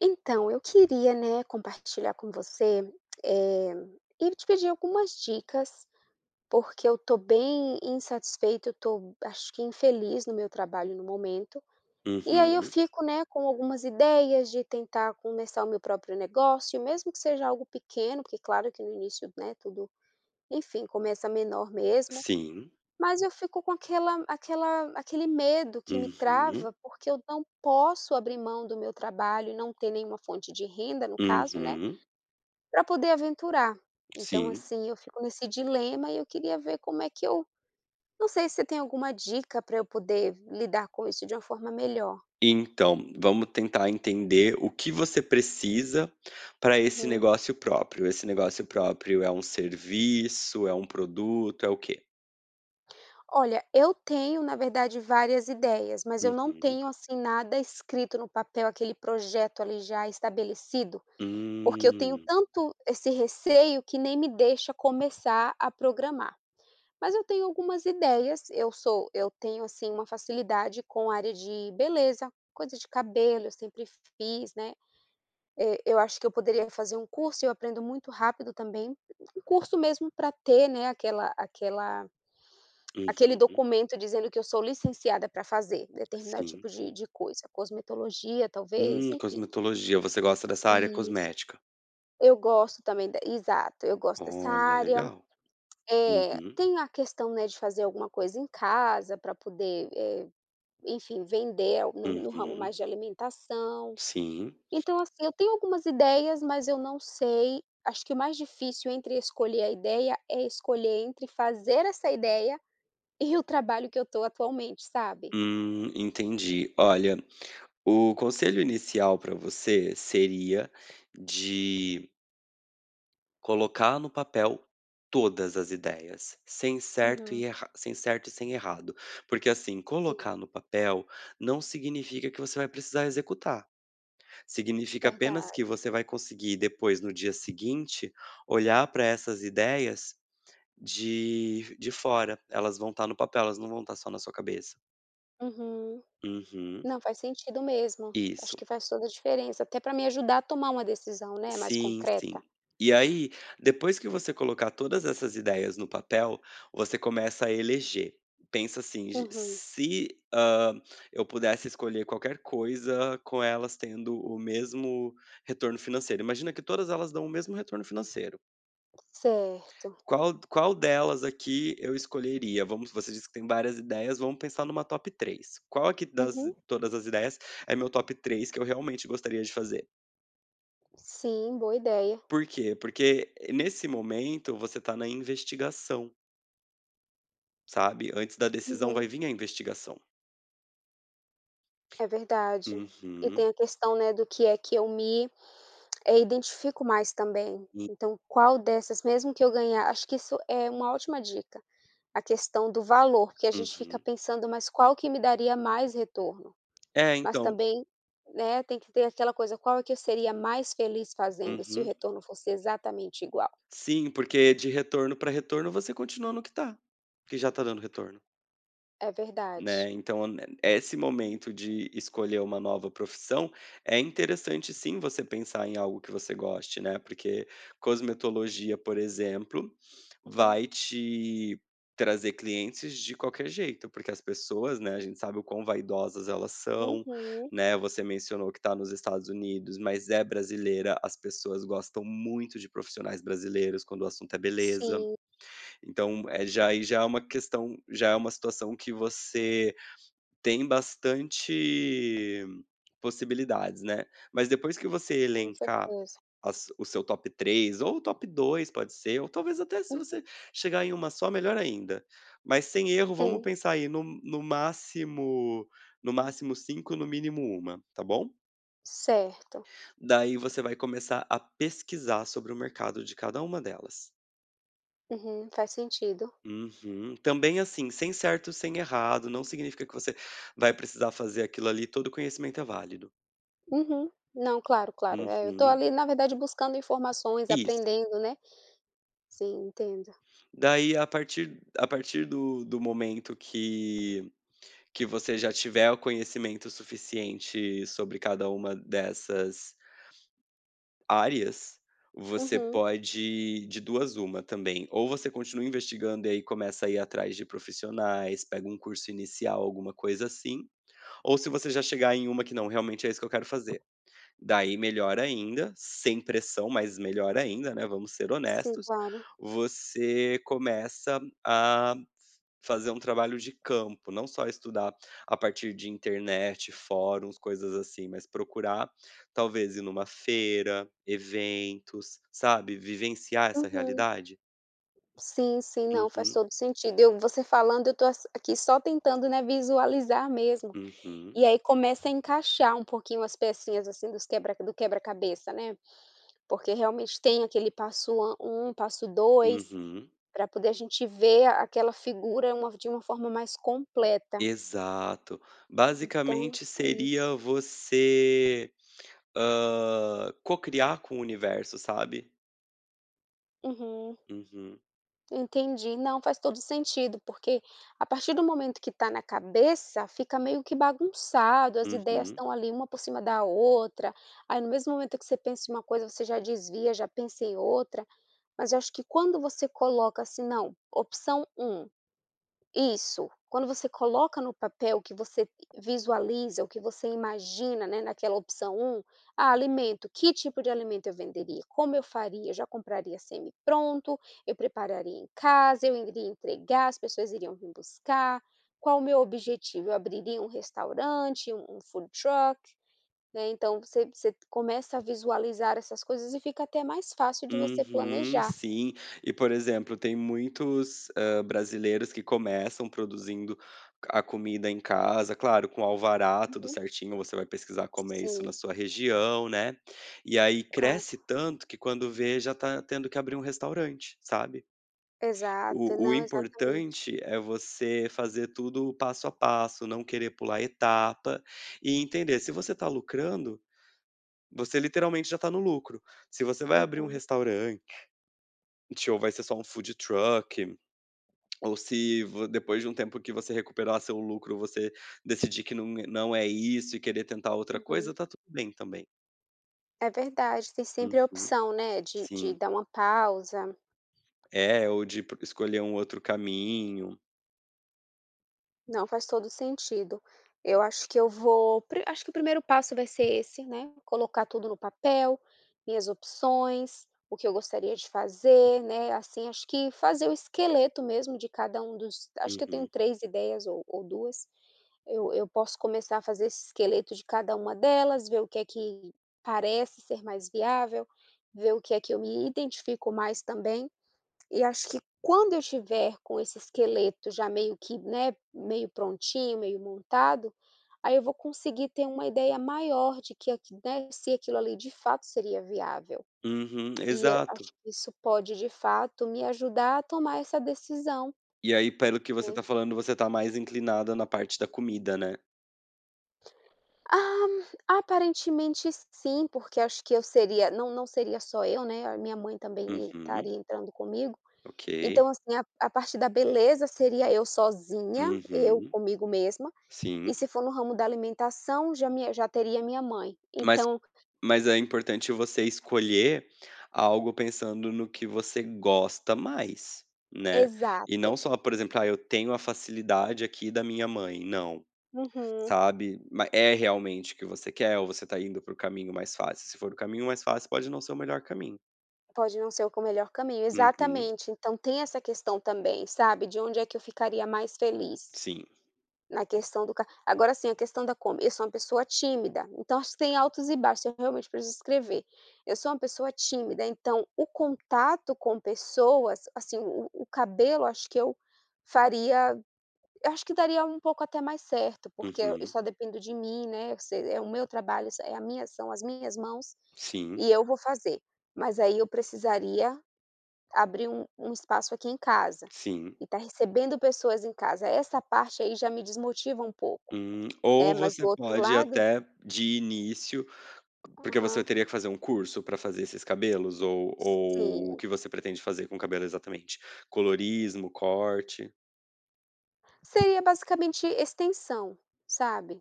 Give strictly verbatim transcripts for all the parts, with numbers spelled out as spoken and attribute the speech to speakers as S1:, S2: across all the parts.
S1: Então, eu queria, né, compartilhar com você, eh, e te pedir algumas dicas, porque eu tô bem insatisfeita, eu tô, acho que infeliz no meu trabalho no momento. E aí eu
S2: Uhum.
S1: fico, né, com algumas ideias de tentar começar o meu próprio negócio, mesmo que seja algo pequeno, porque claro que no início, né, tudo, enfim, começa menor mesmo.
S2: Sim.
S1: Mas eu fico com aquela aquela aquele medo que me
S2: Uhum.
S1: trava, porque eu não posso abrir mão do meu trabalho e não ter nenhuma fonte de renda, no caso, né,
S2: Uhum.
S1: para poder aventurar. Então,
S2: Sim.
S1: assim, eu fico nesse dilema e eu queria ver como é que eu não sei se você tem alguma dica para eu poder lidar com isso de uma forma melhor.
S2: Então, vamos tentar entender o que você precisa para esse
S1: Uhum.
S2: negócio próprio. Esse negócio próprio é um serviço, é um produto, é o quê?
S1: Olha, eu tenho, na verdade, várias ideias, mas eu não
S2: Uhum.
S1: tenho, assim, nada escrito no papel, aquele projeto ali já estabelecido. Porque eu tenho
S2: Hum.
S1: tanto esse receio que nem me deixa começar a programar. Mas eu tenho algumas ideias, eu sou eu tenho, assim, uma facilidade com a área de beleza, coisa de cabelo, eu sempre fiz, né. Eh, eu acho que eu poderia fazer um curso, eu aprendo muito rápido também, um curso mesmo para ter, né, aquela aquela
S2: Hum,
S1: aquele documento dizendo que eu sou licenciada para fazer determinado tipo
S2: sim.
S1: de de coisa, cosmetologia talvez,
S2: Hum,
S1: enfim.
S2: cosmetologia. Você gosta dessa área
S1: Isso.
S2: cosmética?
S1: Eu gosto também da exato, eu gosto dessa
S2: Olha,
S1: área.
S2: legal.
S1: Eh,
S2: Uhum.
S1: tem a questão, né, de fazer alguma coisa em casa para poder, eh, enfim, vender al no no ramo mais
S2: Uhum.
S1: de alimentação.
S2: Sim.
S1: Então, assim, eu tenho algumas ideias, mas eu não sei acho que o mais difícil entre escolher a ideia é escolher entre fazer essa ideia e o trabalho que eu tô atualmente, sabe?
S2: Hum, entendi. Olha, o conselho inicial para você seria de colocar no papel todas as ideias, sem certo
S1: Uhum.
S2: e erra sem certo e sem errado. Porque, assim,
S1: Sim,
S2: colocar no papel não significa que você vai precisar executar. Significa apenas que
S1: verdade.
S2: você vai conseguir depois, no dia seguinte, olhar para essas ideias de de fora. Elas vão estar no papel, elas não vão estar só na sua cabeça.
S1: Uhum.
S2: Uhum.
S1: Não, faz sentido mesmo.
S2: Isso.
S1: Acho que faz toda a diferença, até para me ajudar a tomar uma decisão, né, mais
S2: Sim, sim.
S1: concreta.
S2: E aí, depois que você colocar todas essas ideias no papel, você começa a eleger. Pensa assim: "Ge
S1: Uhum,
S2: se, hã, eu pudesse escolher qualquer coisa com elas tendo o mesmo retorno financeiro", imagina que todas elas dão o mesmo retorno financeiro.
S1: certo.
S2: Qual qual delas aqui eu escolheria? Vamos Você disse que tem várias ideias, vamos pensar numa top três. Qual aqui das
S1: Uhum,
S2: todas as ideias é meu top três que eu realmente gostaria de fazer?
S1: sim, boa ideia.
S2: Por quê? Porque eh, nesse momento você tá na investigação, sabe, antes da decisão
S1: Uhum,
S2: vai vir a investigação.
S1: é verdade. E
S2: Uhum,
S1: tem a questão, né, do que é que eu me, eh, identifico mais também.
S2: hum,
S1: Então, qual dessas mesmo que eu ganhar acho que isso é uma ótima dica, a questão do valor, porque a gente fica
S2: uhum.
S1: pensando: "Mas qual que me daria mais retorno?"
S2: É,
S1: Mas
S2: então
S1: também, né, tem que ter aquela coisa, qual é que eu seria mais feliz fazendo se o
S2: uhum.
S1: retorno fosse exatamente igual?
S2: Sim, porque de retorno para retorno você continua no que tá, que já tá dando retorno.
S1: É verdade.
S2: Né, então ne esse momento de escolher uma nova profissão, é interessante sim você pensar em algo que você goste, né, porque cosmetologia, por exemplo,
S1: Uhum,
S2: vai te trazer clientes de qualquer jeito, porque as pessoas, né, a gente sabe o quão vaidosas elas são,
S1: uhum.
S2: né, você mencionou que está nos Estados Unidos, mas é brasileira, as pessoas gostam muito de profissionais brasileiros quando o assunto é beleza.
S1: Sim,
S2: Então, é já aí já é uma questão já é uma situação que você tem bastante possibilidades, né. Mas depois que você
S1: com
S2: elencar
S1: certeza.
S2: as o seu top três ou o top dois pode ser, ou talvez até se
S1: Uhum.
S2: você chegar em uma só, melhor ainda. Mas sem erro, vamos
S1: Sim,
S2: pensar aí no no máximo no máximo cinco, no mínimo uma, tá bom?
S1: certo.
S2: Daí você vai começar a pesquisar sobre o mercado de cada uma delas.
S1: Uhum, faz sentido.
S2: Uhum. Também, assim, sem certo, sem errado, não significa que você vai precisar fazer aquilo ali, todo conhecimento é válido.
S1: Uhum. Não, claro, claro. É, eu tô
S2: Uhum.
S1: ali, na verdade, buscando informações,
S2: Isso.
S1: aprendendo, né. Sim, entendo.
S2: Daí a partir a partir do do momento que que você já tiver o conhecimento suficiente sobre cada uma dessas áreas, você
S1: Uhum.
S2: pode de duas uma também, ou você continua investigando e aí começa a ir atrás de profissionais, pega um curso inicial, alguma coisa assim, ou se você já chegar em uma que: "Não, realmente é isso que eu quero fazer". Daí melhor ainda, sem pressão, mas melhor ainda, né, vamos ser
S1: Sim,
S2: honestos,
S1: claro.
S2: você começa a fazer um trabalho de campo, não só estudar a partir de internet, fóruns, coisas assim, mas procurar talvez ir numa feira, eventos, sabe, vivenciar essa
S1: Uhum.
S2: realidade.
S1: Sim, sim, não, faz
S2: Uhum,
S1: todo sentido. Eu você falando, eu tô ass aqui só tentando, né, visualizar mesmo.
S2: uhum,
S1: E aí começa a encaixar um pouquinho as pecinhas, assim, dos quebra do quebra-cabeça, né, porque realmente tem aquele passo a um, passo dois
S2: uhum.
S1: para poder a gente ver a- aquela figura uma de uma forma mais completa.
S2: Exato.
S1: Então
S2: Basicamente
S1: é isso.
S2: seria você, hã, cocriar com o universo, sabe.
S1: Uhum,
S2: Uhum,
S1: entendi. Não, faz todo sentido, porque a partir do momento que está na cabeça, fica meio que bagunçado, as ideias
S2: uhum,
S1: estão ali uma por cima da outra, aí no mesmo momento que você pensa em uma coisa, você já desvia, já pensa em outra. Mas eu acho que quando você coloca assim: "Não, opção um isso", quando você coloca no papel o que você visualiza, o que você imagina, né, naquela opção um ah, alimento, que tipo de alimento eu venderia? Como eu faria? Eu já compraria semi-pronto? Eu prepararia em casa? Eu iria entregar? As pessoas iriam vir buscar? Qual o meu objetivo? Eu abriria um restaurante, um um food truck, né, então você você começa a visualizar essas coisas e fica até mais fácil de você
S2: uhum,
S1: planejar.
S2: sim. E, por exemplo, tem muitos, hã, brasileiros que começam produzindo a comida em casa, claro, com alvará, tudo certinho, você vai pesquisar como é isso
S1: Sim,
S2: na sua região, né. E aí
S1: claro.
S2: cresce tanto que quando vê já tá tendo que abrir um restaurante, sabe.
S1: Exato.
S2: O o
S1: Não, exatamente.
S2: importante é você fazer tudo passo a passo, não querer pular etapa e entender, se você está lucrando, você literalmente já está no lucro. Se você vai abrir um
S1: Uhum,
S2: restaurante ou vai ser só um food truck, ou se vo depois de um tempo que você recuperar seu lucro, você decidir que não não é isso e querer tentar outra coisa,
S1: uhum.
S2: tá tudo bem também.
S1: É verdade, tem sempre a
S2: Uhum,
S1: opção, né, de de
S2: sim.
S1: dar uma pausa.
S2: É, ou de pro escolher um outro caminho.
S1: Não, faz todo sentido. Eu acho que eu vou pri acho que o primeiro passo vai ser esse, né, colocar tudo no papel, minhas opções, o que eu gostaria de fazer, né, assim, acho que fazer o esqueleto mesmo de cada um dos acho que eu tenho
S2: Uhum.
S1: três ideias ou ou duas. Eu eu posso começar a fazer esse esqueleto de cada uma delas, ver o que é que parece ser mais viável, ver o que é que eu me identifico mais também. E acho que quando eu estiver com esse esqueleto já meio que, né, meio prontinho, meio montado, aí eu vou conseguir ter uma ideia maior de que aqui né, se aquilo ali de fato seria viável.
S2: Uhum,
S1: E eu
S2: exato.
S1: acho que isso pode de fato me ajudar a tomar essa decisão,
S2: E aí, pelo que você
S1: né,
S2: tá falando, você tá mais inclinada na parte da comida, né?
S1: ah, aparentemente sim, porque acho que eu seria não não seria só eu, né, a minha mãe também
S2: Uhum,
S1: estaria entrando comigo. Então,
S2: ok.
S1: assim, a a parte da beleza seria eu sozinha, eu
S2: Uhum,
S1: comigo mesma, e
S2: sim.
S1: se for no ramo da alimentação, já minha já teria minha mãe.
S2: Mas
S1: Então
S2: mas é importante você escolher algo pensando no que você gosta mais, né? E
S1: exato.
S2: não só, por exemplo: "Ah, eu tenho a facilidade aqui da minha mãe", não,
S1: Uhum.
S2: sabe? Ma É realmente o que você quer ou você tá indo para o caminho mais fácil? Se for o caminho mais fácil, pode não ser o melhor caminho.
S1: Pode não ser o melhor caminho,
S2: Uhum,
S1: exatamente. Então tem essa questão também, sabe, de onde é que eu ficaria mais feliz.
S2: sim.
S1: Na questão do ca agora sim a questão da como eu sou uma pessoa tímida, então acho que tem altos e baixos, eu realmente preciso escrever. Eu sou uma pessoa tímida, então o contato com pessoas, assim, o o cabelo acho que eu faria eu acho que daria um pouco até mais certo, porque eu eu
S2: Uhum,
S1: só dependo de mim, né, se é o meu trabalho, isso é a minha são as minhas mãos,
S2: sim,
S1: e eu vou fazer. Mas aí eu precisaria abrir um um espaço aqui em casa,
S2: sim.
S1: e tá recebendo pessoas em casa, essa parte aí já me desmotiva um pouco.
S2: Hum,
S1: Né,
S2: ou
S1: mas
S2: você
S1: o outro
S2: pode
S1: lado
S2: até de início porque você
S1: aham.
S2: teria que fazer um curso para fazer esses cabelos ou ou o
S1: Sim.
S2: que você pretende fazer com o cabelo exatamente? Colorismo, corte?
S1: Seria basicamente extensão, sabe.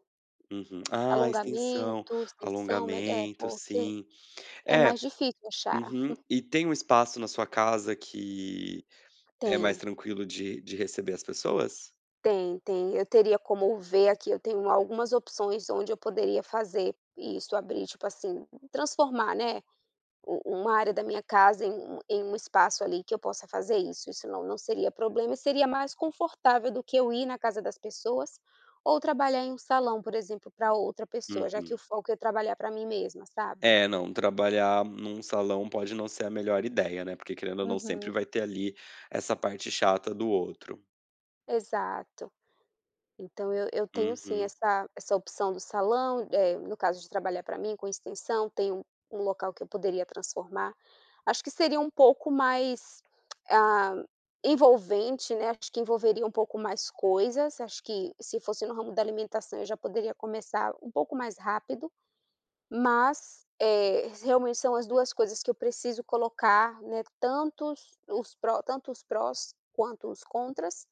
S2: Uhum. Ah, extensão,
S1: Alongamento, extensão, mega é,
S2: alongamento,
S1: porque
S2: sim.
S1: é
S2: É,
S1: mais difícil achar.
S2: uhum. E tem um espaço na sua casa que é mais
S1: Tem,
S2: tranquilo de de receber as pessoas?
S1: tem, tem. Eu teria como ver aqui, eu tenho algumas opções onde eu poderia fazer isso, abrir, tipo assim, transformar, né, u uma área da minha casa em um em um espaço ali que eu possa fazer isso, isso não não seria problema e seria mais confortável do que eu ir na casa das pessoas ou trabalhar em um salão, por exemplo, para outra pessoa, já que o
S2: Uhum.
S1: foco é trabalhar para mim mesma, sabe?
S2: É, não, trabalhar num salão pode não ser a melhor ideia, né, porque querendo ou não sempre
S1: Uhum.
S2: vai ter ali essa parte chata do outro.
S1: Exato. Então eu eu tenho sim
S2: Uhum,
S1: essa essa opção do salão, eh, no caso de trabalhar para mim com extensão, tem um um local que eu poderia transformar. Acho que seria um pouco mais, ah, envolvente, né, acho que envolveria um pouco mais coisas, acho que se fosse no ramo da alimentação eu já poderia começar um pouco mais rápido, mas, eh, realmente são as duas coisas que eu preciso colocar, né, tantos os os pró tanto os prós quanto os contras,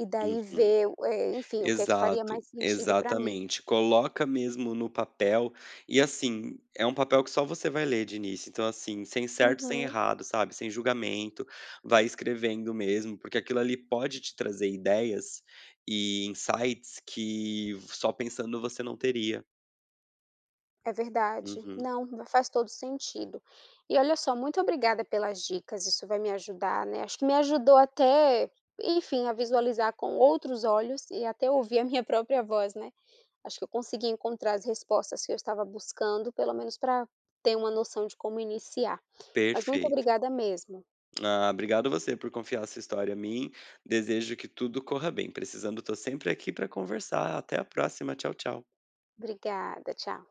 S1: e daí
S2: uhum.
S1: ver, eh, enfim, o que é que faria
S2: Exato,
S1: mais sentido para mim.
S2: exatamente. Coloca mesmo no papel e, assim, é um papel que só você vai ler de início, então, assim, sem certo, sem
S1: Uhum,
S2: errado, sabe, sem julgamento, vai escrevendo mesmo, porque aquilo ali pode te trazer ideias e insights que só pensando você não teria.
S1: é verdade.
S2: Uhum.
S1: Não, va- faz todo sentido. E olha só, muito obrigada pelas dicas, isso vai me ajudar, né, acho que me ajudou até, enfim, a visualizar com outros olhos e até ouvir a minha própria voz, né. Acho que eu consegui encontrar as respostas que eu estava buscando, pelo menos para ter uma noção de como iniciar. Mas muito
S2: Perfeito.
S1: obrigada mesmo.
S2: Ah, obrigado você por confiar essa história a mim. Desejo que tudo corra bem. Precisando, estou sempre aqui para conversar. Até a próxima. Tchau, tchau.
S1: Obrigada, tchau.